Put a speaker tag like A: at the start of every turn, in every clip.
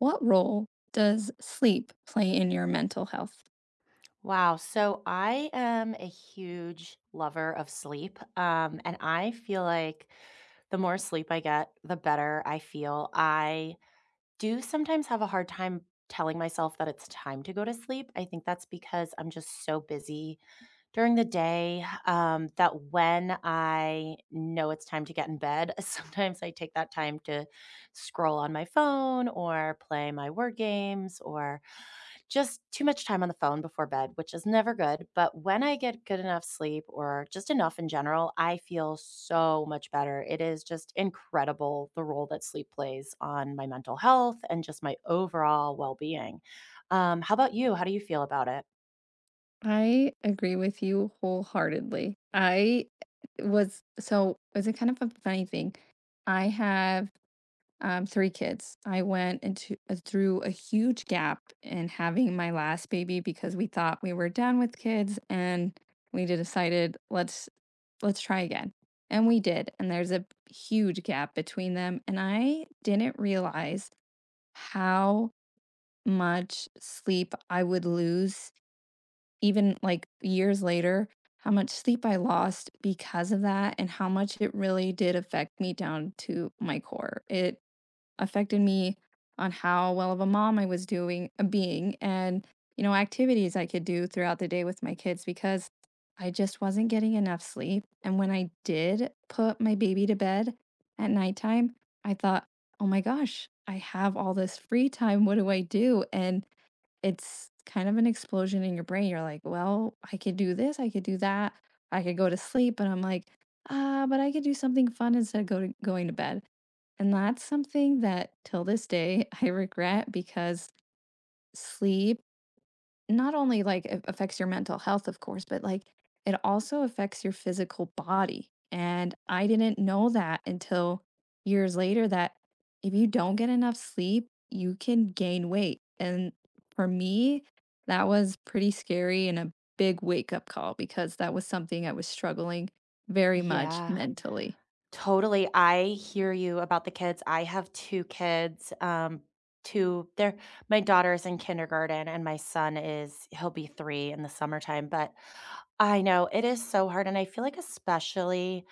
A: What role does sleep play in your mental health?
B: Wow. So I am a huge lover of sleep. And I feel like the more sleep I get, the better I feel. I do sometimes have a hard time telling myself that it's time to go to sleep. I think that's because I'm just so busy during the day that when I know it's time to get in bed, sometimes I take that time to scroll on my phone or play my word games or just too much time on the phone before bed, which is never good, but when I get good enough sleep or just enough in general, I feel so much better. It is just incredible the role that sleep plays on my mental health and just my overall well-being. How about you? How do you feel about it?
A: I agree with you wholeheartedly. I was so It's a kind of a funny thing. I have three kids. I went into through a huge gap in having my last baby because we thought we were done with kids, and we decided let's try again, and we did. And there's a huge gap between them, and I didn't realize how much sleep I would lose even, like, years later, how much sleep I lost because of that and how much it really did affect me down to my core. It affected me on how well of a mom I was doing being and, you know, activities I could do throughout the day with my kids because I just wasn't getting enough sleep, and when I did put my baby to bed at nighttime, I thought, "Oh my gosh, I have all this free time, what do I do?" And it's kind of an explosion in your brain. You're like, "Well, I could do this, I could do that, I could go to sleep," but I'm like, "Ah, but I could do something fun instead of go to going to bed." And that's something that till this day I regret because sleep not only like it affects your mental health, of course, but like it also affects your physical body. And I didn't know that until years later that if you don't get enough sleep, you can gain weight. And for me, that was pretty scary and a big wake up call because that was something I was struggling very much
B: Yeah,
A: mentally.
B: totally. I hear you about the kids. I have two kids. They're my daughter's in kindergarten and my son is he'll be three in the summertime. But I know it is so hard. And I feel like, especially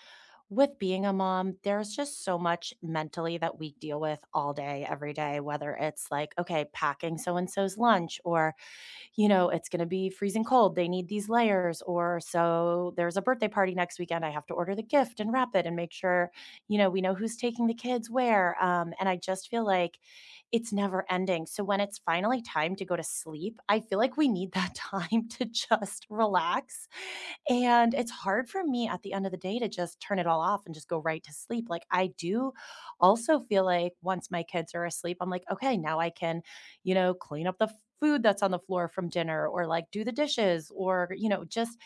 B: with being a mom, there's just so much mentally that we deal with all day, every day, whether it's like, okay, packing so and so's lunch, or, you know, it's going to be freezing cold. They need these layers. Or so there's a birthday party next weekend. I have to order the gift and wrap it and make sure, you know, we know who's taking the kids where. And I just feel like it's never ending. So when it's finally time to go to sleep, I feel like we need that time to just relax and it's hard for me at the end of the day to just turn it all off and just go right to sleep. Like, I do also feel like once my kids are asleep, I'm like, okay, now I can, you know, clean up the food that's on the floor from dinner or like do the dishes or, you know, just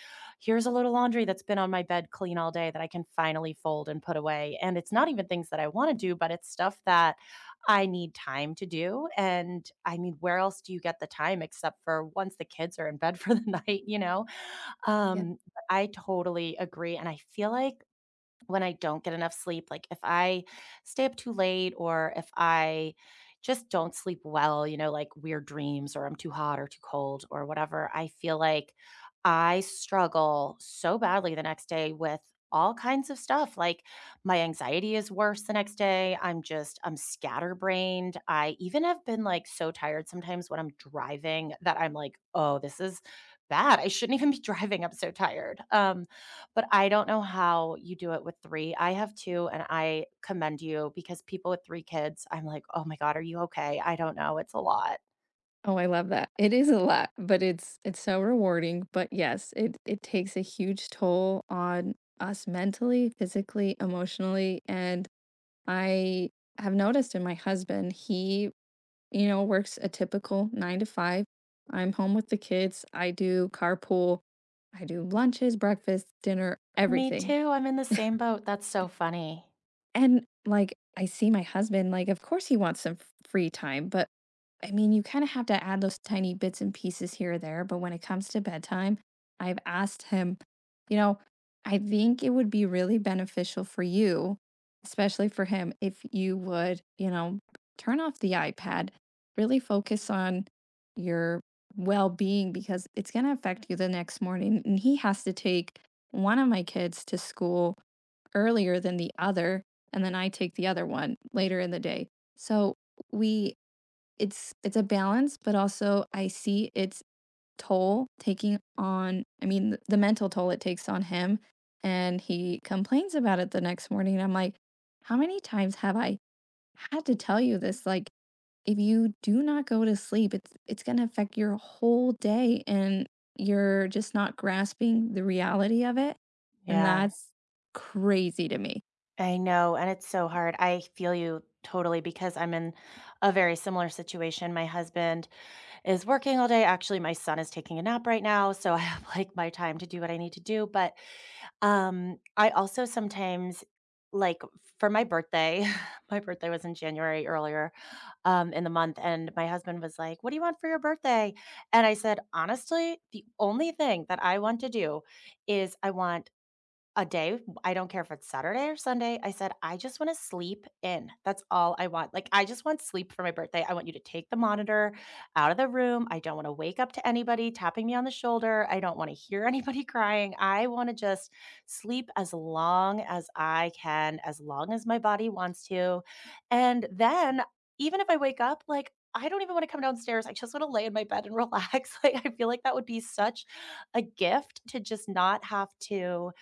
B: here's a little laundry that's been on my bed clean all day that I can finally fold and put away. And it's not even things that I want to do, but it's stuff that I need time to do. And I mean, where else do you get the time except for once the kids are in bed for the night, you know?
A: Yeah.
B: But I totally agree, and I feel like when I don't get enough sleep, like if I stay up too late or if I just don't sleep well, you know, like weird dreams or I'm too hot or too cold or whatever, I feel like I struggle so badly the next day with all kinds of stuff. Like my anxiety is worse the next day. I'm scatterbrained. I even have been like so tired sometimes when I'm driving that I'm like, oh, this is bad. I shouldn't even be driving. I'm so tired. But I don't know how you do it with 3. I have 2, and I commend you because people with 3 kids, I'm like, "Oh my god, are you okay? I don't know, it's a lot."
A: Oh, I love that. It is a lot, but it's so rewarding. But yes, it takes a huge toll on us mentally, physically, emotionally, and I have noticed in my husband, he, you know, works a typical 9 to 5. I'm home with the kids. I do carpool. I do lunches, breakfast, dinner,
B: Me
A: everything.
B: too, I'm in the same boat, that's so funny.
A: And like I see my husband, like of course he wants some free time, but I mean, you kind of have to add those tiny bits and pieces here or there. But when it comes to bedtime, I've asked him, you know, I think it would be really beneficial for you, especially for him, if you would, you know, turn off the iPad, really focus on your well being because it's going to affect you the next morning. And he has to take one of my kids to school earlier than the other. And then I take the other one later in the day. So, we it's a balance, but also I see its toll taking on I mean, th the mental toll it takes on him, and he complains about it the next morning, and I'm like, "How many times have I had to tell you this? Like, if you do not go to sleep, it's gonna affect your whole day, and you're just not grasping the reality of it." And
B: Yeah,
A: that's crazy to me.
B: I know, and it's so hard, I feel you totally because I'm in a very similar situation, my husband is working all day. Actually, my son is taking a nap right now, so I have like my time to do what I need to do. But I also sometimes like for my birthday, my birthday was in January earlier in the month, and my husband was like, "What do you want for your birthday?" And I said, "Honestly, the only thing that I want to do is I want a day, I don't care if it's Saturday or Sunday. I said, I just want to sleep in. That's all I want. Like, I just want sleep for my birthday. I want you to take the monitor out of the room. I don't want to wake up to anybody tapping me on the shoulder. I don't want to hear anybody crying. I want to just sleep as long as I can, as long as my body wants to. And then, even if I wake up, like, I don't even want to come downstairs. I just want to lay in my bed and relax. Like, I feel like that would be such a gift to just not have to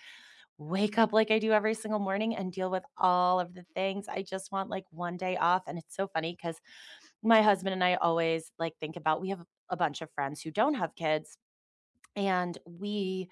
B: wake up like I do every single morning and deal with all of the things. I just want like one day off. And it's so funny because my husband and I always like think about we have a bunch of friends who don't have kids and we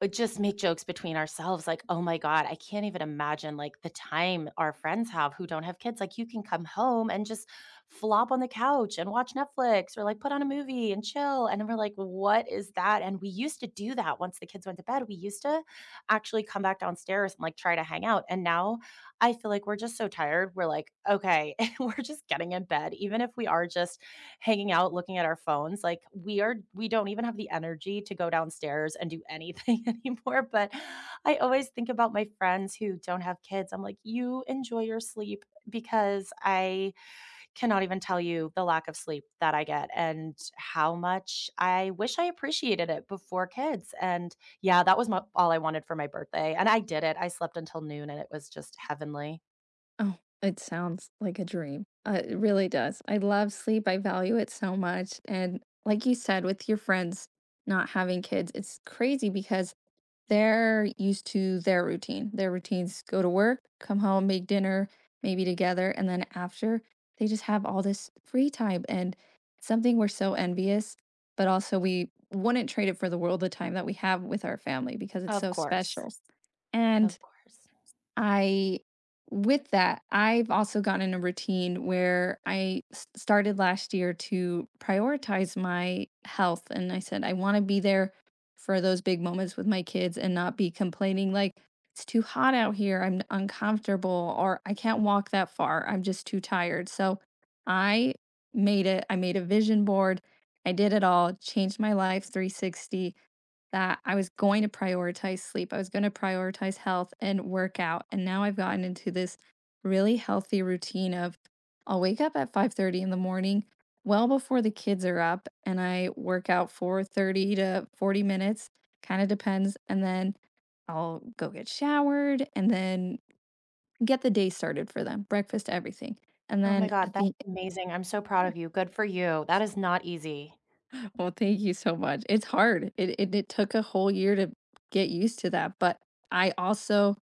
B: but just make jokes between ourselves like, "Oh my god, I can't even imagine, like, the time our friends have who don't have kids, like, you can come home and just flop on the couch and watch Netflix or, like, put on a movie and chill," and then we're like, "What is that?" And we used to do that once the kids went to bed, we used to actually come back downstairs and, like, try to hang out, and now I feel like we're just so tired, we're like, "Okay," we're just getting in bed, even if we are just hanging out, looking at our phones. We don't even have the energy to go downstairs and do anything anymore. But I always think about my friends who don't have kids. I'm like, you enjoy your sleep because I cannot even tell you the lack of sleep that I get and how much I wish I appreciated it before kids. And yeah, all I wanted for my birthday. And I did it. I slept until noon and it was just heavenly.
A: Oh, it sounds like a dream. It really does. I love sleep. I value it so much. And like you said, with your friends not having kids, it's crazy because they're used to their routine. Their routines go to work, come home, make dinner, maybe together. And then after, they just have all this free time and it's something we're so envious, but also we wouldn't trade it for the world the time that we have with our family because it's
B: Of
A: so
B: course.
A: special. And
B: Of course.
A: I with that, I've also gotten in a routine where started last year to prioritize my health. And I said, I want to be there for those big moments with my kids and not be complaining like, it's too hot out here. I'm uncomfortable, or I can't walk that far. I'm just too tired. So I made it. I made a vision board. I did it all, changed my life 360 that I was going to prioritize sleep, I was gonna prioritize health and workout, and now I've gotten into this really healthy routine of I'll wake up at 5:30 in the morning, well before the kids are up, and I work out for 30 to 40 minutes, kind of depends, and then I'll go get showered and then get the day started for them, breakfast, everything. And
B: Oh my
A: then
B: god,
A: at
B: that's
A: the
B: amazing. I'm so proud of you. Good for you. That is not easy.
A: well, thank you so much. It's hard. It took a whole year to get used to that, but I also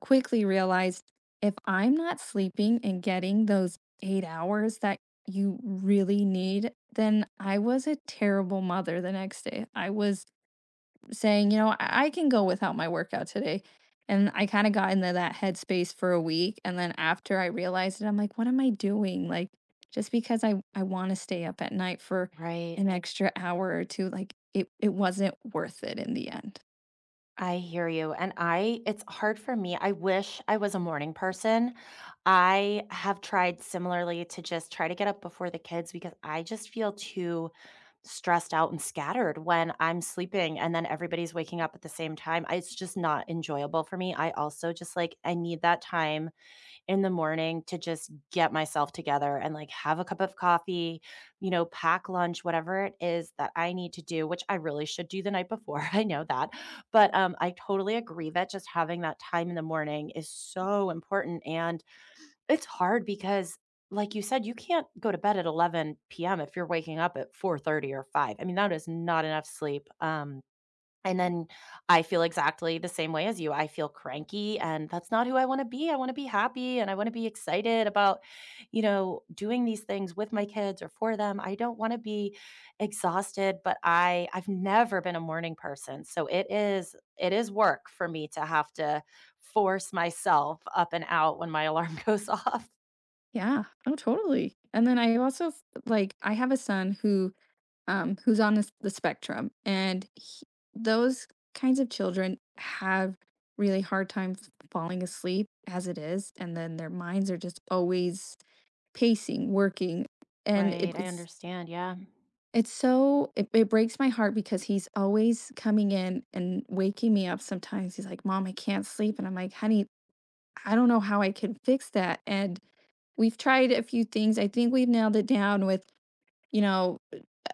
A: quickly realized if I'm not sleeping and getting those 8 hours that you really need, then I was a terrible mother the next day. I was saying, you know, I can go without my workout today. And I kind of got into that headspace for a week. And then after I realized it, I'm like, what am I doing? Like, just because I want to stay up at night for
B: Right.
A: an extra hour or 2, like, it wasn't worth it in the end.
B: I hear you. And I, it's hard for me. I wish I was a morning person. I have tried similarly to just try to get up before the kids because I just feel too stressed out and scattered when I'm sleeping and then everybody's waking up at the same time. It's just not enjoyable for me. I also just like, I need that time in the morning to just get myself together and like have a cup of coffee, you know, pack lunch, whatever it is that I need to do, which I really should do the night before. I know that. But I totally agree that just having that time in the morning is so important. And it's hard because like you said, you can't go to bed at 11 p.m. if you're waking up at 4:30 or 5. I mean, that is not enough sleep. And then I feel exactly the same way as you. I feel cranky and that's not who I want to be. I want to be happy and I want to be excited about, you know, doing these things with my kids or for them. I don't want to be exhausted, but I've never been a morning person. So it is work for me to have to force myself up and out when my alarm goes off.
A: Yeah. Oh, totally. And then I also like I have a son who who's on the spectrum and he, those kinds of children have really hard time falling asleep as it is and then their minds are just always pacing, working, and
B: Right. I understand. Yeah.
A: it's so it breaks my heart because he's always coming in and waking me up. Sometimes he's like, "Mom, I can't sleep," and I'm like, "Honey, I don't know how I can fix that." And we've tried a few things. I think we've nailed it down with, you know,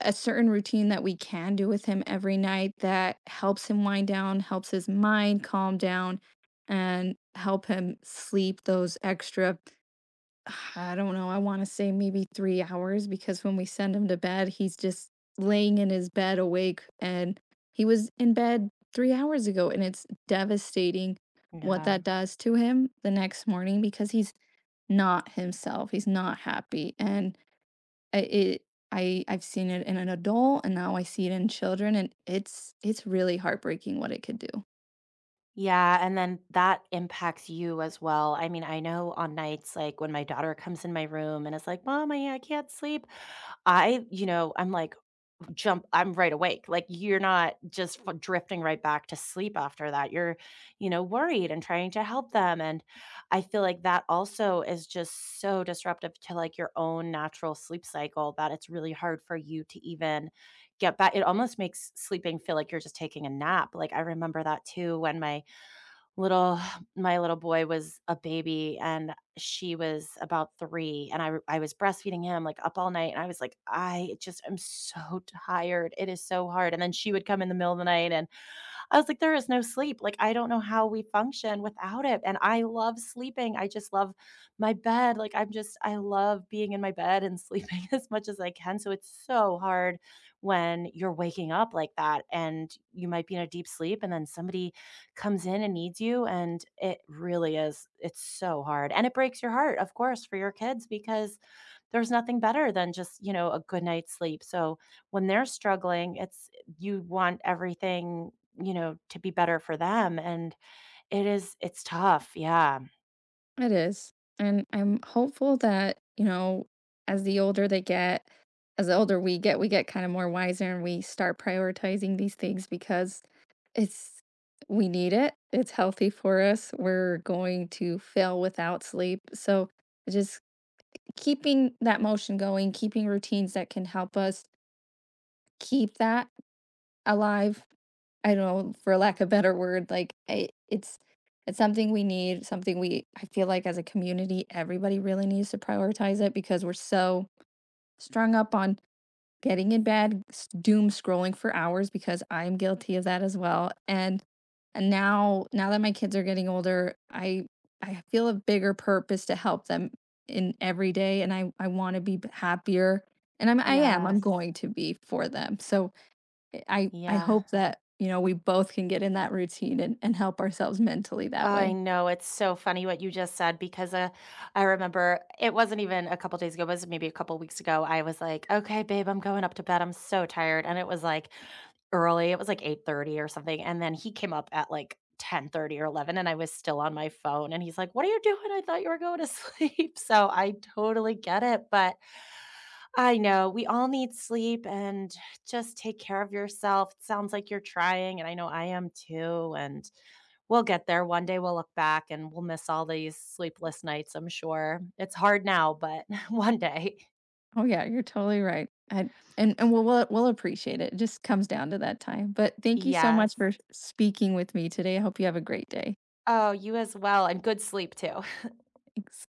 A: a certain routine that we can do with him every night that helps him wind down, helps his mind calm down, and help him sleep those extra, I don't know, I want to say maybe 3 hours because when we send him to bed, he's just laying in his bed awake. And he was in bed 3 hours ago, and it's devastating what
B: Yeah.
A: that does to him the next morning because he's not himself. He's not happy, and it I I've seen it in an adult, and now I see it in children, and it's really heartbreaking what it could do.
B: Yeah, and then that impacts you as well. I mean, I know on nights like when my daughter comes in my room and is like, "Mom, I can't sleep." I, you know, I'm like, jump, I'm right awake. Like you're not just drifting right back to sleep after that. You're, you know, worried and trying to help them. And I feel like that also is just so disruptive to like your own natural sleep cycle that it's really hard for you to even get back. It almost makes sleeping feel like you're just taking a nap. Like I remember that too when little my little boy was a baby and she was about 3 and I was breastfeeding him like up all night and I was like I just am so tired. It is so hard. And then she would come in the middle of the night and I was like, "There is no sleep, like, I don't know how we function without it," and I love sleeping, I just love my bed, like, I love being in my bed and sleeping as much as I can, so it's so hard when you're waking up like that, and you might be in a deep sleep, and then somebody comes in and needs you, and it really is it's so hard, and it breaks your heart, of course, for your kids because there's nothing better than just, you know, a good night's sleep, so when they're struggling, it's you want everything, you know, to be better for them, and it's tough, yeah.
A: It is. And I'm hopeful that, you know, as the older they get, as the older we get kind of more wiser and we start prioritizing these things because it's, we need it. It's healthy for us. We're going to fail without sleep. So just keeping that motion going, keeping routines that can help us keep that alive. I don't know, for lack of better word, like I it's something we need, something we I feel like as a community, everybody really needs to prioritize it because we're so strung up on getting in bed, doom scrolling for hours because I'm guilty of that as well. And and now that my kids are getting older, I feel a bigger purpose to help them in every day and I want to be happier and I'm I am I'm
B: Yes.
A: going to be for them. So I
B: Yeah.
A: hope that, you know, we both can get in that routine and help ourselves mentally that
B: I
A: way.
B: know, it's so funny what you just said because, I remember it wasn't even a couple days ago, it was maybe a couple weeks ago, I was like, "Okay, babe, I'm going up to bed, I'm so tired," and it was, like, early, it was, like, 8:30 or something, and then he came up at, like, 10:30 or 11, and I was still on my phone, and he's like, "What are you doing? I thought you were going to sleep." So I totally get it, but I know. We all need sleep and just take care of yourself. It sounds like you're trying, and I know I am too. And we'll get there. One day we'll look back and we'll miss all these sleepless nights, I'm sure. It's hard now, but one day.
A: Oh, yeah, you're totally right. I and we'll appreciate it. It just comes down to that time. But thank you so
B: Yes.
A: much for speaking with me today. I hope you have a great day.
B: Oh, you as well. And good sleep too.
A: Thanks.